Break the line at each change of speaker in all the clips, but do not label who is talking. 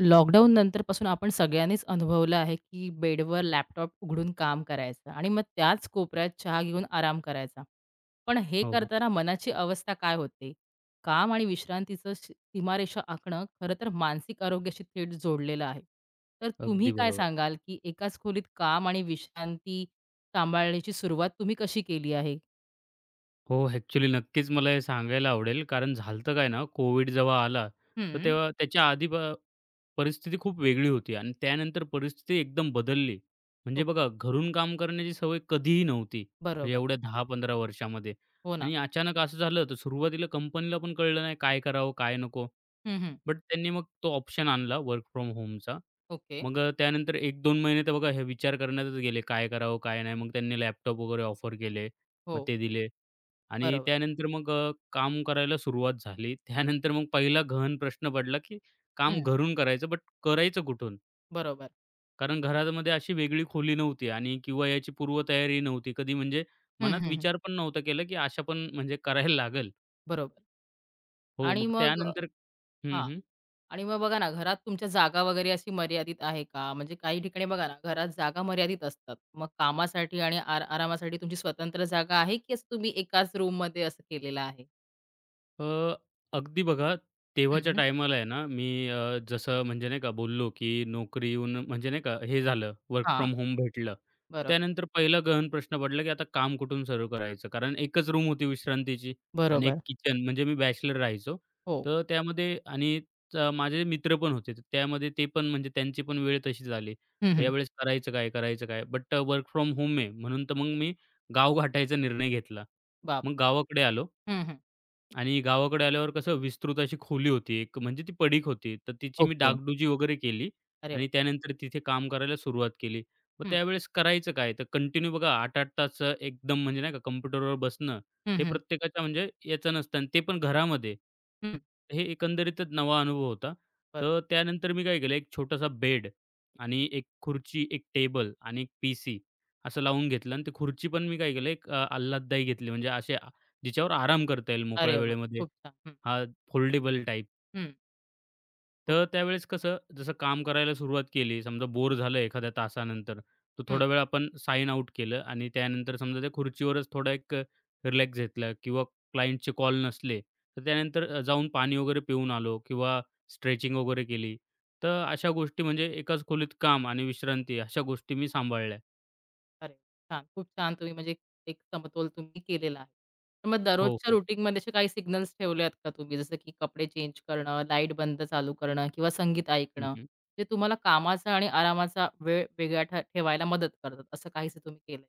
Lockdown नंतरपासून आपण सगळ्यांनीच अनुभवलं आहे, की बेडवर लॅपटॉप उघडून काम करायचं आणि मग त्याच कोपऱ्यात चहा घेऊन आराम करायचा. पण हे
हो, हो.
करताना मनाची अवस्था काय होते? काम आणि विश्रांतीचं सीमारेषा आखणं खरं तर मानसिक आरोग्याशी थेट जोडलेलं आहे. तर तुम्ही
अगदी
काय
बरोबर.
सांगाल, की एकाच खोलीत काम आणि विश्रांती सांभाळण्याची सुरुवात तुम्ही कशी केली आहे?
हो, ॲक्चुअली नक्कीच मला हे सांगायला आवडेल. कारण झालं काय ना, कोविड जेव्हा आला, तर
हं.
तेव्हा त्याच्या आधी परिस्थिती खूप वेगळी होती आणि त्यानंतर परिस्थिती एकदम बदलली. म्हणजे
ओके.
बघा, घरून काम करण्याची सवय कधीही नव्हती. म्हणजे
बरोबर.
एवढ्या 10-15 वर्षामध्ये
हो ना.
आणि अचानक असं झालं, तर सुरुवातीला कंपनीला पण कळलं नाही काय करावं, काय नको.
हं, हं.
बट त्यांनी मग तो ऑप्शन आणला वर्क फ्रॉम होमचा.
ओके.
मग त्यानंतर 1-2 महिने तर बघा हे विचार करण्यातच गेले, काय करावं, काय नाही. मग त्यांनी लॅपटॉप वगैरे ऑफर केले,
हो.
मग ते दिले. आणि
बरोबर.
त्यानंतर मग काम करायला सुरुवात झाली. त्यानंतर मग पहिला गहन प्रश्न पडला, की काम
हं.
घरून करायचं, बट करायचं कुठून?
बरोबर.
कारण घरामध्ये अशी वेगळी खोली नव्हती आणि किंवा याची पूर्वतयारी नव्हती. कधी म्हणजे
हं,
मनात
हं, हं.
विचार पण नव्हता केला, की अशा पण म्हणजे करायला लागेल.
बरोबर.
हो,
आणि
मग
मग
त्यानंतर हं,
हां.
हं.
आणि मग बघा ना, घरात तुमच्या जागा वगैरे अशी मर्यादित आहे का? म्हणजे काही ठिकाणी बघा ना, घरात जागा मर्यादित असतात. मग कामासाठी आणि आरामासाठी तुमची स्वतंत्र जागा आहे, की असं तुम्ही एकाच रूममध्ये असं केलेलं आहे?
अ, अगदी बघा, तेव्हाच्या
हं.
टायमाला आहे ना, मी जसं म्हणजे नाही का बोललो, की नोकरी येऊन म्हणजे नाही का हे झालं, वर्क
हां,
फ्रॉम होम भेटलं.
बरोबर.
त्यानंतर पहिला गहन प्रश्न पडला, की आता काम कुठून सुरू करायचं? कारण एकच रूम होती विश्रांतीची आणि एक
बरोबर.
किचन. म्हणजे मी बॅचलर राहायचो.
हो.
तर त्यामध्ये आणि माझे मित्र पण होते. तर त्यामध्ये ते पण म्हणजे त्यांची पण वेळ तशीच आली.
हं,
तर
हं.
यावेळेस करायचं काय, करायचं काय? बट वर्क फ्रॉम होम आहे म्हणून तर मग मी गाव गाठायचा निर्णय घेतला.
बाप!
मग गावाकडे आलो.
हं, हं.
आणि गावाकडे आल्यावर कसं विस्तृत अशी खोली होती एक म्हणजे ती पडीक होती. तर तिची मी
ओके.
डागडुजी वगैरे केली
अरे
आणि
वाह!
त्यानंतर तिथे काम करायला सुरुवात केली. मग
हं.
त्यावेळेस करायचं काय? तर कंटिन्यू बघा 8-8 तास एकदम म्हणजे नाही का कॉम्प्युटरवर बसणं
हं,
हे
हं.
प्रत्येकाच्या म्हणजे याचं नसतं आणि ते पण घरामध्ये.
हं.
हे एकंदरीतच नवा अनुभव होता.
बरं.
तर त्यानंतर मी काय केलं एक छोटासा बेड आणि एक खुर्ची, एक टेबल आणि एक पी-सी असं लावून घेतलं आणि ते खुर्ची पण मी काय केलं एक आल्हाददायी घेतली म्हणजे असे जिच्यावर आराम करता येईल मोकळ्या
अरे वाह!
वेळेमध्ये.
खूप छान. हं.
हा फोल्डेबल टाइप.
हं.
तर
ओके.
त्यावेळेस कसं जसं काम करायला सुरुवात केली, समजा बोर झालं एखाद्या तासानंतर, तो
हं.
थोडा वेळ आपण साइन आउट केलं आणि त्यानंतर समजा त्या खुर्चीवरच थोडा एक रिलॅक्स घेतला किंवा क्लायंटचे कॉल नसले, तर त्यानंतर जाऊन पाणी वगैरे पिऊन आलो किंवा स्ट्रेचिंग वगैरे केली. तर अशा गोष्टी म्हणजे एकाच खोलीत काम आणि विश्रांती अशा गोष्टी मी सांभाळल्या.
अरे छान! खूप छान तुम्ही म्हणजे एक समतोल तुम्ही केलेला आहे. तर मग
हो,
दररोजच्या
हो.
रुटीनमध्ये असे काही सिग्नल्स ठेवले आहेत का तुम्ही? जसं की कपडे चेंज करणं, लाईट बंद चालू करणं किंवा संगीत ऐकणं, जे तुम्हाला कामाचा आणि आरामाचा वेळ वेगळा ठेवायला मदत करतात, असं काहीसं तुम्ही केलंय?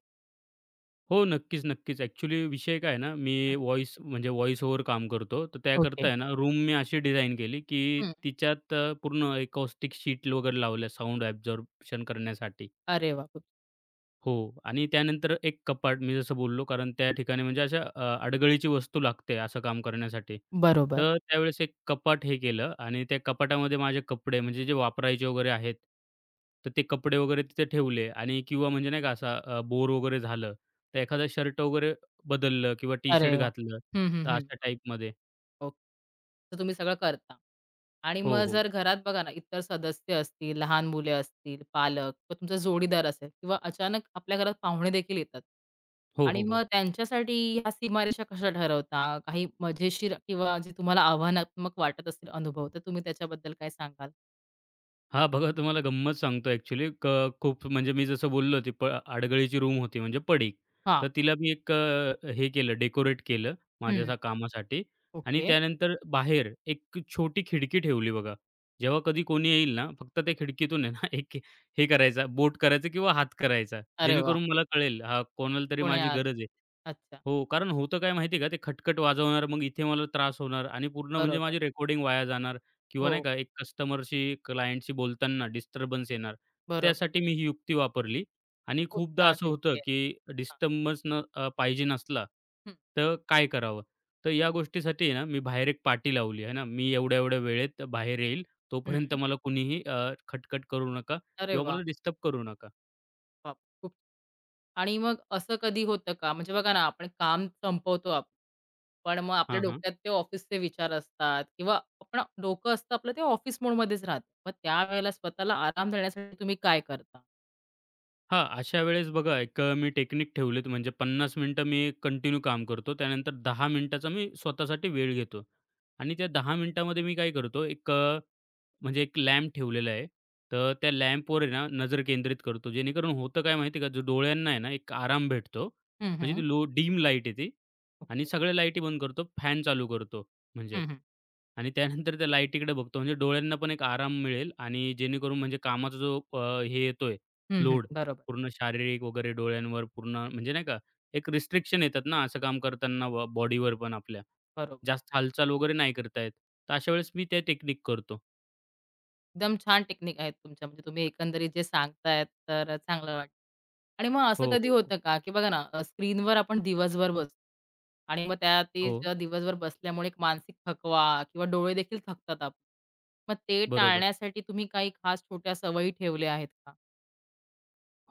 हो, नक्कीच, नक्कीच. ॲक्चुअली विषय काय आहे ना, मी
हं.
व्हॉईस म्हणजे व्हॉईस ओव्हर काम करतो. तर
ओके.
त्याकरता आहे ना, रूम मी अशी डिझाइन केली, की
हं.
तिच्यात पूर्ण एकॉस्टिक शीट वगैरे लावल्या साउंड ॲब्झॉर्प्शन करण्यासाठी.
अरे वाह! खूप
हो. आणि त्यानंतर एक कपाट मी जसं बोललो कारण त्या ठिकाणी म्हणजे अशा अडगळीची वस्तू लागते असं काम करण्यासाठी.
बरोबर.
तर त्यावेळेस एक कपाट हे केलं आणि त्या कपाटामध्ये माझे कपडे म्हणजे जे वापरायचे वगैरे आहेत, तर ते कपडे वगैरे तिथे ठेवले आणि किंवा म्हणजे नाही का असा बोर वगैरे झालं, तर एखादा शर्ट वगैरे बदललं किंवा
अरे
टी-शर्ट
वाह!
घातलं,
हं, हं,
तर
हं.
अशा टाईपमध्ये.
ओके. तर तुम्ही सगळं करता. आणि
हो,
मग
हो.
जर घरात बघा ना, इतर सदस्य असतील, लहान मुले असतील, पालक किंवा तुमचा जोडीदार असेल किंवा अचानक आपल्या घरात पाहुणे देखील येतात.
हो,
आणि
हो,
मग
हो.
त्यांच्यासाठी ह्या सीमारेषा कशा ठरवता? काही मजेशीर किंवा जे तुम्हाला आव्हानात्मक वाटत असतील अनुभव, तर तुम्ही त्याच्याबद्दल काय सांगाल?
हां, बघा तुम्हाला गंमत सांगतो ॲक्चुअली खूप म्हणजे मी जसं बोललो ती आडगळीची रूम होती म्हणजे पडीक. तर
हां.
तिला मी एक हे केलं डेकोरेट केलं
हं.
माझ्या कामासाठी आणि
ओके.
त्यानंतर बाहेर एक छोटी खिडकी ठेवली बघा. जेव्हा कधी कोणी येईल ना, फक्त त्या खिडकीतून आहे ना, एक हे करायचा बोट करायचं किंवा हात करायचा.
अरे वाह!
जेणेकरून मला कळेल हां, कोणाला तरी
कोणी
माझी
आलं.
गरज आहे.
अच्छा.
हो, कारण होतं काय माहिती आहे का, ते खटखट वाजवणार, मग इथे मला त्रास होणार आणि पूर्ण म्हणजे
बरोबर.
माझी रेकॉर्डिंग वाया जाणार किंवा नाही
हो,
का, एक कस्टमरशी, क्लायंटशी बोलताना डिस्टर्बन्स येणार.
बरोबर.
त्यासाठी मी ही युक्ती वापरली आणि
खूप
खूपदा
छान
असं होतं,
युक्ती आहे.
की
हां.
डिस्टर्बन्स न पाहिजे नसला,
हं.
तर काय करावं? तर या गोष्टीसाठी आहे ना, मी बाहेर एक पाटी लावली आहे ना, मी एवढ्या-एवढ्या वेळेत बाहेर येईल,
हं.
तोपर्यंत मला कुणीही खटखट करू नका
अरे
किंवा
वाह!
मला डिस्टर्ब करू नका.
बाप आणि मग असं कधी होतं का? म्हणजे बघा ना, आपण काम संपवतो आपण. पण मग आपल्या
हां, हां.
डोक्यात ते ऑफिसचे विचार असतात किंवा आपण डोकं असतं आपलं ते ऑफिस मोडमध्येच राहतं. मग त्यावेळेला स्वतःला आराम देण्यासाठी तुम्ही काय करता?
हां, अशा वेळेस बघा एक मी टेक्निक ठेवलीत म्हणजे 50 मिनिटं मी कंटिन्यू काम करतो. त्यानंतर 10 मिनिटाचा मी स्वतःसाठी वेळ घेतो आणि त्या 10 मिनिटामध्ये मी काय करतो एक म्हणजे एक लॅम्प ठेवलेला आहे. तर त्या लॅम्पवर आहे ना, नजर केंद्रित करतो. जेणेकरून होतं काय माहिती का, जो डोळ्यांना आहे ना, एक आराम भेटतो.
हं,
म्हणजे
हं.
ती लो डीम लाईट आहे ती आणि
ओके.
सगळ्या लाईटी बंद करतो. फॅन चालू करतो म्हणजे
हं, हं.
आणि त्यानंतर त्या लाईटीकडे बघतो. म्हणजे डोळ्यांना पण एक आराम मिळेल आणि जेणेकरून म्हणजे कामाचा जो हे येतोय
हं, हं.
लोड
बरोबर,
पूर्ण शारीरिक वगैरे डोळ्यांवर पूर्ण म्हणजे नाही का, एक रिस्ट्रिक्शन येतात ना, असं काम करताना बॉडीवर पण आपल्या.
बरोबर.
जास्त हालचाल वगैरे नाही करता तर अशा वेळेस मी त्या टेक्निक करतो.
एकदम छान टेक्निक आहेत तुमच्या. म्हणजे तुम्ही एकंदरीत जे सांगतायत तर चांगलं वाटतं. आणि मग असं
हो,
कधी
हो, हो.
होतं का, की बघा ना स्क्रीनवर आपण दिवसभर बसतो आणि मग त्या ते
हो,
जे दिवसभर बसल्यामुळे एक मानसिक थकवा किंवा डोळे देखील थकतात आपले. मग ते
बरोबर.
टाळण्यासाठी तुम्ही काही खास छोट्या सवयी ठेवल्या आहेत का?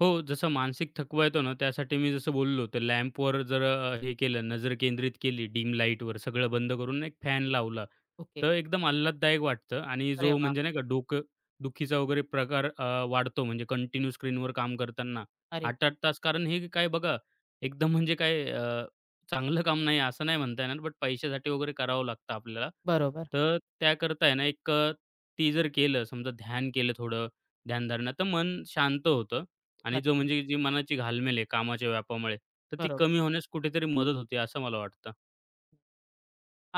हो, जसं मानसिक थकवा येतो ना, त्यासाठी मी जसं बोललो, तर लॅम्पवर जर हे केलं, नजर केंद्रित केली डिम लाईटवर, सगळं बंद करून एक फॅन लावला,
ओके.
तर एकदम आल्हाददायक वाटतं आणि
अरे
जो
वाह!
म्हणजे नाही का डोकं दुखीचा वगैरे प्रकार वाढतो म्हणजे कंटिन्यू स्क्रीनवर काम करताना
अरे वाह!
8-8 तास. कारण हे काय बघा, एकदम म्हणजे काय चांगलं काम नाही असं नाही म्हणता येणार, बट पैशासाठी वगैरे करावं लागतं आपल्याला.
बरोबर.
तर त्याकरता आहे ना, एक ते जर केलं, समजा ध्यान केलं थोडं, ध्यानधारणा, तर मन शांत होतं. आणि जो
नक्कीच.
म्हणजे जी मनाची घालमेल आहे कामाच्या व्यापामुळे, तर ती
बरोबर.
कमी होण्यास कुठेतरी मदत होते असं मला वाटतं.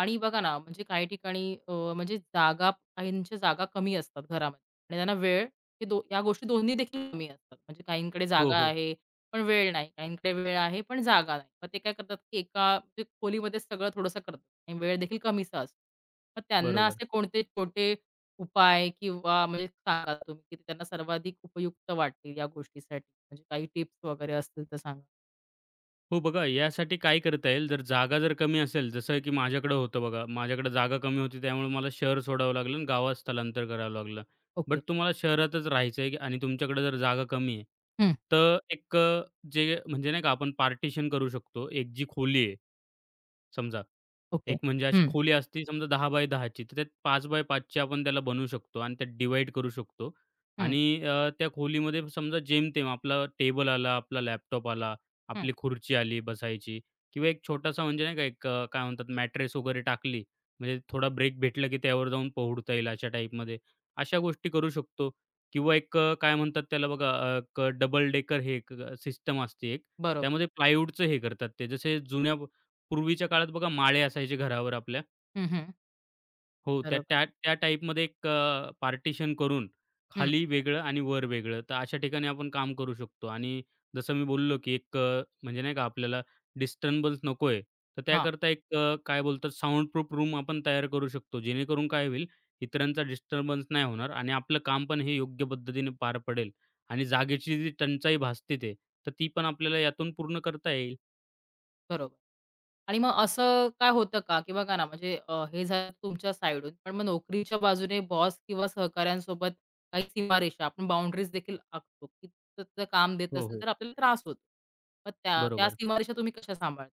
आणि बघा ना, म्हणजे काही ठिकाणी म्हणजे जागा काहींच्या जागा कमी असतात घरामध्ये आणि त्यांना वेळ हे या गोष्टी दोन्ही देखील कमी असतात. म्हणजे काहींकडे
हो,
जागा
हो.
आहे, पण वेळ नाही. काहींकडे वेळ आहे, पण जागा नाही. मग ते काय करतात, की एका म्हणजे खोलीमध्येच सगळं थोडंसं करतात आणि वेळ देखील कमीचा असतो. मग त्यांना
बरोबर.
असे कोणते छोटे उपाय किंवा म्हणजे सांगा तुम्ही, की ते त्यांना सर्वाधिक उपयुक्त वाटतील या गोष्टीसाठी? म्हणजे काही टिप्स वगैरे असतील तर सांगा?
हो, बघा यासाठी काय करता येईल जर जागा जर कमी असेल जसं की माझ्याकडे होतं बघा. माझ्याकडे जागा कमी होती त्यामुळे मला शहर सोडावं लागलं आणि गावात स्थलांतर करावं लागलं.
ओके.
बट तुम्हाला शहरातच राहायचं आहे आणि तुमच्याकडे जर जागा कमी आहे,
हं.
तर एक जे म्हणजे नाही का आपण पार्टिशन करू शकतो. एक जी खोली आहे समजा
ओके.
एक म्हणजे अशी
हं,
खोली असती समजा दहा बाय 10 ची, तर त्यात 5 बाय 5 आपण त्याला बनवू शकतो आणि त्यात डिव्हाईड करू शकतो
हं,
आणि त्या खोलीमध्ये समजा जेमतेम आपला टेबल आला, आपला लॅपटॉप आला,
हं.
आपली खुर्ची आली बसायची किंवा एक छोटासा म्हणजे नाही का एक काय म्हणतात मॅट्रेस वगैरे टाकली, म्हणजे थोडा ब्रेक भेटला की त्यावर जाऊन पोहडता येईल अशा टाईपमध्ये. अशा गोष्टी करू शकतो किंवा एक काय म्हणतात त्याला बघा एक डबल डेकर हे सिस्टम असते एक,
बरोबर.
त्यामध्ये प्लायवूडचं हे करतात ते जसे जुन्या पूर्वीच्या काळात बघा माळे असायचे घरावर आपल्या.
हं, हं.
हो, त्या
बरोबर.
त्या त्या टाईपमध्ये एक पार्टिशन करून
हं,
खाली वेगळं आणि वर वेगळं. तर अशा ठिकाणी आपण काम करू शकतो आणि जसं मी बोललो, की एक म्हणजे नाही का आपल्याला डिस्टर्बन्स नकोय, तर
हां,
त्याकरता एक काय बोलतात साउंड प्रूफ रूम आपण तयार करू शकतो. जेणेकरून काय होईल, इतरांचा डिस्टर्बन्स नाही होणार आणि आपलं काम पण हे योग्य पद्धतीने पार पडेल आणि जागेची जी टंचाई भासते ते, तर ती पण आपल्याला यातून पूर्ण करता येईल.
बरोबर. आणि मग असं काय होतं का, की बघा ना म्हणजे हे झालं तुमच्या साइडहून, पण मग नोकरीच्या बाजूने बॉस किंवा सहकाऱ्यांसोबत काही सीमारेषा आपण बाउंडरीज देखील आखतो, की तिथं काम देत
हो,
असेल
हो.
तर आपल्याला त्रास होतो. मग त्या त्या
बरोबर.
सीमारेषा तुम्ही कशा सांभाळता?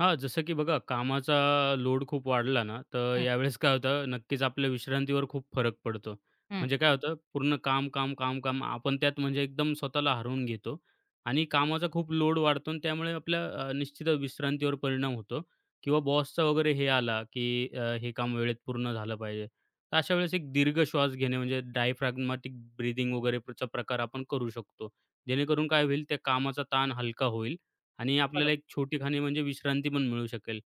हां, जसं की बघा कामाचा लोड खूप वाढला ना, तर
हं,
यावेळेस काय होतं नक्कीच आपल्या विश्रांतीवर खूप फरक पडतो.
हं,
म्हणजे काय होतं पूर्ण काम, काम, काम, काम आपण त्यात म्हणजे एकदम स्वतःला हरवून घेतो आणि कामाचा खूप लोड वाढतो आणि त्यामुळे आपल्या निश्चितच विश्रांतीवर परिणाम होतो किंवा बॉसचा वगैरे हे आला, की हे काम वेळेत पूर्ण झालं पाहिजे. तर अशा वेळेस एक दीर्घ श्वास घेणे म्हणजे डायफ्रॅगमॅटिक ब्रीथिंग वगैरे चा प्रकार आपण करू शकतो. जेणेकरून काय होईल त्या कामाचा ताण हलका होईल आणि आपल्याला
बरोबर,
एक छोटी खाणी म्हणजे विश्रांती पण मिळू शकेल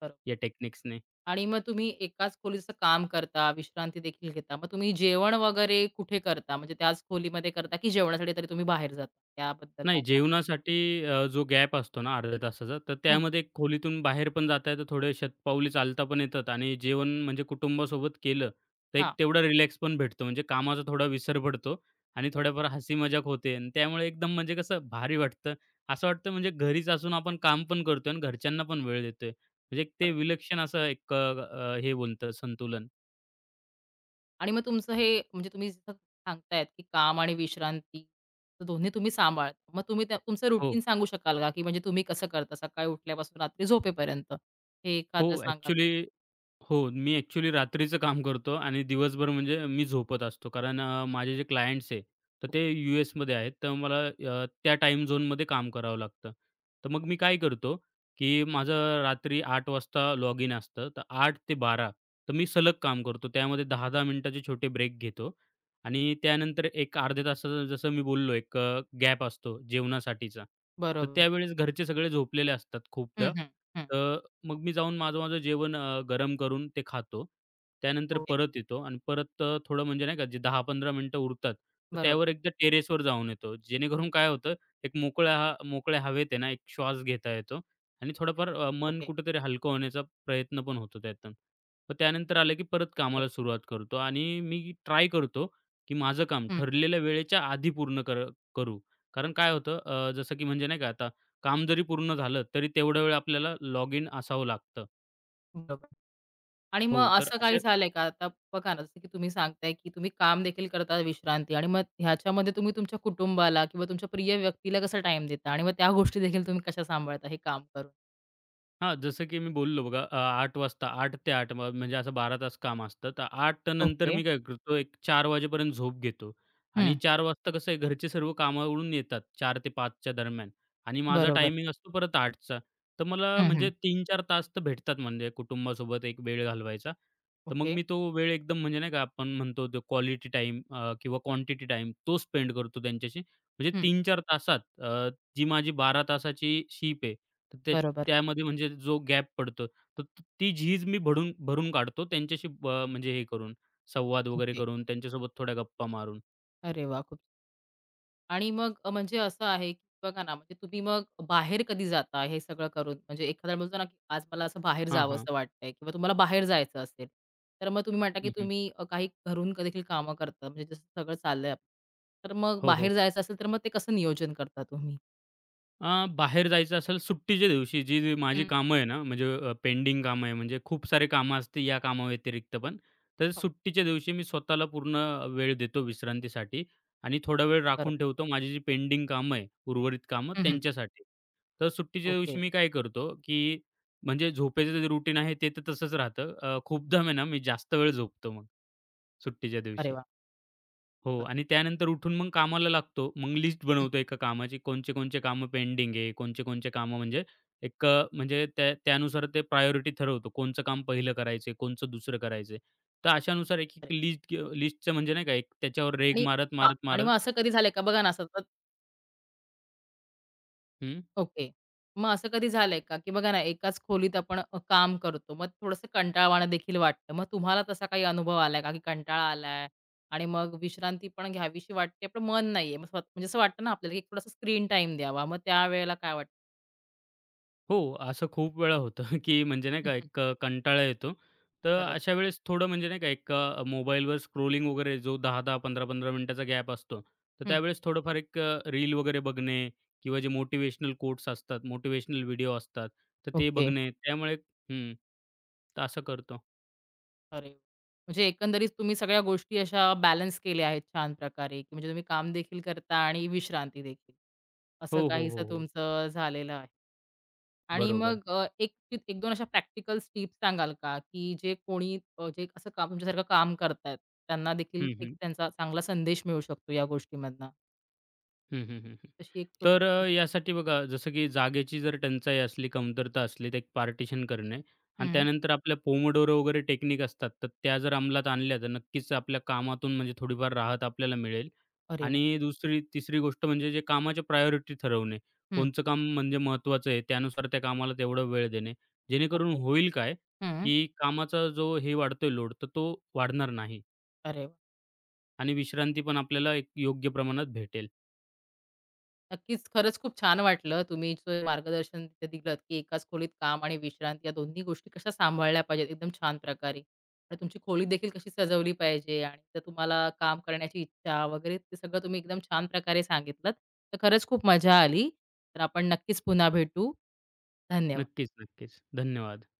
बरोबर.
या टेक्निक्सने.
आणि मग तुम्ही एकाच खोलीचं काम करता, विश्रांती देखील घेता. मग तुम्ही जेवण वगैरे कुठे करता? म्हणजे त्याच खोलीमध्ये करता, की जेवणासाठी तरी तुम्ही बाहेर जाता? त्याबद्दल काय
नाही
सांगाल?
जेवणासाठी जो गॅप असतो ना अर्ध्या तासाचा, तर
हं,
त्यामध्ये खोलीतून बाहेर पण जाता येतं, थोडे शतपावली चालता पण येतात आणि जेवण म्हणजे कुटुंबासोबत केलं, तर
हां,
एक तेवढा रिलॅक्स पण भेटतो. म्हणजे कामाचा थोडा विसर पडतो आणि
बरोबर,
थोड्याफार हसी मजाक होते आणि त्यामुळे एकदम म्हणजे कसं भारी वाटतं. असं वाटतं म्हणजे घरीच असून आपण काम पण करतोय आणि घरच्यांना पण वेळ देतोय. म्हणजे एक ते
बरोबर.
विलक्षण असं एक अ, अ, हे बनतं संतुलन.
आणि मग तुमचं हे म्हणजे तुम्ही जसं सांगतायत, की काम आणि विश्रांती तर दोन्ही तुम्ही सांभाळता. मग तुम्ही त्या तुमचं रुटीन
हो.
सांगू शकाल का? की म्हणजे तुम्ही कसं करता सकाळी उठल्यापासून रात्री झोपेपर्यंत? हे
हो,
एखादं सांगाल?
ॲक्चुअली हो, मी ॲक्चुअली रात्रीचं काम करतो आणि दिवसभर म्हणजे मी झोपत असतो. कारण माझे जे क्लायंट्स आहे, तर ते यूएसमध्ये आहेत. तर मला त्या टाईम झोनमध्ये काम करावं लागतं. तर मग मी काय करतो, की माझं रात्री 8:00 वाजता लॉग इन असतं. तर 8:00 ते बारा तर मी सलग काम करतो. त्यामध्ये 10-10 मिनिटाचे छोटे ब्रेक घेतो आणि त्यानंतर एक अर्ध्या तासाचा जसं मी बोललो एक गॅप असतो जेवणासाठीचा. तर
बरोबर.
त्यावेळेस घरचे सगळे झोपलेले असतात
हं,
खूपदा.
हं, हं.
मग मी जाऊन माझं माझं जेवण गरम करून ते खातो. त्यानंतर
ओके.
परत येतो आणि परत थोडं म्हणजे नाही का जे 10-15 मिनिटं उरतात, तर
बरोबर.
त्यावर एकदा टेरेसवर जाऊन येतो. जेणेकरून काय होतं, एक मोकळ्या हवेत आहे ना, एक श्वास घेता येतो आणि थोडंफार मन
ओके.
कुठेतरी हलकं होण्याचा प्रयत्न पण होतो त्यातून. मग त्यानंतर आलं की परत
अरे
कामाला
वाह!
सुरुवात करतो आणि मी ट्राय करतो, की माझं काम ठरलेल्या वेळेच्या आधी पूर्ण करू. कारण काय होतं जसं की म्हणजे नाही का आता काम जरी पूर्ण झालं, तरी तेवढा वेळ आपल्याला लॉगिन असावं लागतं.
बरोबर. आणि
हो,
मग
तर
असं काही
अशा
झालंय का? आता बघा ना, जसं की तुम्ही सांगताय, की तुम्ही काम देखील करता विश्रांती आणि मग ह्याच्यामध्ये तुम्ही तुमच्या कुटुंबाला किंवा तुमच्या प्रिय व्यक्तीला कसा टाईम देता आणि मग त्या गोष्टी देखील तुम्ही कशा सांभाळता हे काम करून?
हां, जसं की मी बोललो बघा 8 वाजता 8 म्हणजे असं 12 तास काम असतं. तर 8 नंतर
ओके.
मी काय करतो एक चार वाजेपर्यंत झोप घेतो आणि
हं.
4 वाजता कसं आहे घरचे सर्व कामावरून येतात 4 ते 5 च्या दरम्यान आणि माझा
बरोबर.
टायमिंग असतो परत 8 चा. तर मला
हं, हं.
म्हणजे 3-4 तास तर भेटतात म्हणजे कुटुंबासोबत एक वेळ घालवायचा. तर मग
ओके.
मी तो वेळ एकदम म्हणजे नाही का आपण म्हणतो तो क्वालिटी टाईम किंवा क्वांटिटी टाईम तो स्पेंड करतो त्यांच्याशी. म्हणजे
हं.
3-4 तासात जी माझी 12 तासाची शिप आहे तर त्या
बरोबर.
त्यामध्ये म्हणजे जो गॅप पडतो, तर ती झीज मी भरून भरून काढतो त्यांच्याशी म्हणजे हे करून, संवाद वगैरे
ओके.
करून, त्यांच्यासोबत थोड्या गप्पा मारून.
अरे वाह! खूप आणि मग म्हणजे असं आहे, की बघा ना, म्हणजे तुम्ही मग बाहेर कधी जाता हे सगळं करून? म्हणजे एखादा बोलतो ना, की आज मला असं बाहेर
हां, हां.
जावसं वाटतंय किंवा तुम्हाला बाहेर जायचं असेल, तर मग तुम्ही म्हणता, की
हं, हं.
तुम्ही काही घरून देखील कामं करता, म्हणजे जसं सगळं चाललंय आपलं. तर मग
हो, हो,
बाहेर
हो.
जायचं असेल, तर मग ते कसं नियोजन करता तुम्ही?
बाहेर जायचं असेल सुट्टीच्या दिवशी जी जी माझी
हं.
कामं आहे ना, म्हणजे पेंडिंग कामं आहे म्हणजे खूप सारे कामं असते या कामाव्यतिरिक्त पण. तर
हो,
सुट्टीच्या दिवशी मी स्वतःला पूर्ण वेळ देतो विश्रांतीसाठी आणि थोडा वेळ राखून
बरोबर.
ठेवतो माझी जी पेंडिंग कामं आहे, उर्वरित कामं
हं, हं.
त्यांच्यासाठी. तर सुट्टीच्या
ओके.
दिवशी मी काय करतो, की म्हणजे झोपेचं जे रुटीन आहे ते तर तसंच राहतं. खूपदा आहे ना मी जास्त वेळ झोपतो मग सुट्टीच्या
अरे
दिवशी.
वाह!
हो
बरोबर.
आणि त्यानंतर उठून मग कामाला लागतो. मग लिस्ट
हं.
बनवतो एका कामाची, कोणचे-कोणचे कामं पेंडिंग आहे, कोणचे-कोणचे कामं म्हणजे एक म्हणजे त्या त्यानुसार ते प्रायोरिटी ठरवतो. कोणचं काम पहिलं करायचं कोणचं दुसरं करायचं तर अशानुसार एक-एक
अरे
लिस्ट लिस्टचं म्हणजे नाही का एक त्याच्यावर रेघ
आणि
मारत,
हां.
मारत,
आणि
मारत
मग असं कधी झालंय का? बघा ना, सतत
हं.
ओके. मग असं कधी झालंय का, की बघा ना एकाच खोलीत आपण काम करतो. मग थोडंसं कंटाळवाणं देखील वाटतं. मग तुम्हाला तसा काही अनुभव आलाय का, की कंटाळा आलाय आणि मग विश्रांती पण घ्यावीशी वाटते, पण मन नाहीये. मग म्हणजे असं वाटतं ना आपल्याला, की थोडासा स्क्रीन टाईम द्यावा. मग त्यावेळेला काय वाटतं?
हो, असं खूप वेळा होतं, की म्हणजे नाही
हं,
का
हं.
एक कंटाळा येतो. तर
खरं
अशा वेळेस थोडं म्हणजे नाही का एक मोबाईलवर स्क्रोलिंग वगैरे जो 10-10, 15-15 मिनिटाचा गॅप असतो. तर त्यावेळेस थोडंफार एक रील वगैरे बघणे किंवा जे मोटिव्हेशनल कोट्स असतात, मोटिव्हेशनल व्हिडिओ असतात, तर ते
ओके.
बघणे. त्यामुळे हं. तर असं करतो.
अरे वाह! म्हणजे एकंदरीत तुम्ही सगळ्या गोष्टी अशा बॅलन्स केल्या आहेत छान प्रकारे, की म्हणजे तुम्ही काम देखील करता आणि विश्रांती देखील.
हो,
असं
हो,
काहीसं
हो, हो.
तुमचं झालेलं आहे. आणि
बरोबर.
मग एक टिप 1-2 अशा प्रॅक्टिकल टिप्स सांगाल का, की जे कोणी जे असं काम तुमच्यासारखं काम करतायत, त्यांना देखील
हं,
एक
हं.
त्यांचा चांगला संदेश मिळू शकतो या गोष्टीमधनं?
हं, हं, हं,
तशी एक
तर
छोटीशी
अ,
टिप
यासाठी बघा जसं की जागेची जर टंचाई असली, कमतरता असली, तर एक पार्टिशन करणे आणि त्यानंतर आपल्या पोमोडोरो वगैरे टेक्निक असतात, तर त्या जर अंमलात आणल्या, तर नक्कीच आपल्या कामातून म्हणजे थोडीफार राहत आपल्याला मिळेल.
अरे वाह!
आणि दुसरी तिसरी गोष्ट म्हणजे जे कामाच्या प्रायोरिटी ठरवणे.
हं.
कोणचं काम म्हणजे महत्त्वाचं आहे, त्यानुसार त्या कामाला तेवढा वेळ देणे. जेणेकरून
ओके.
होईल काय,
हं.
की कामाचा जो हे वाढतोय लोड, तर तो वाढणार नाही
अरे वाह!
आणि विश्रांती पण आपल्याला एक योग्य प्रमाणात भेटेल.
नक्कीच. खरंच खूप छान वाटलं. तुम्ही जे मार्गदर्शन तिथे दिलत, की एकाच खोलीत काम आणि विश्रांती या दोन्ही गोष्टी कशा सांभाळल्या पाहिजेत एकदम छान प्रकारे. आणि तुमची खोली देखील कशी सजवली पाहिजे आणि जर तुम्हाला काम करण्याची इच्छा वगैरे ते सगळं तुम्ही एकदम छान प्रकारे सांगितलत. तर खरंच खूप मजा आली. तर आपण नक्कीच पुन्हा भेटू. धन्यवाद.
नक्कीच, नक्कीच. धन्यवाद.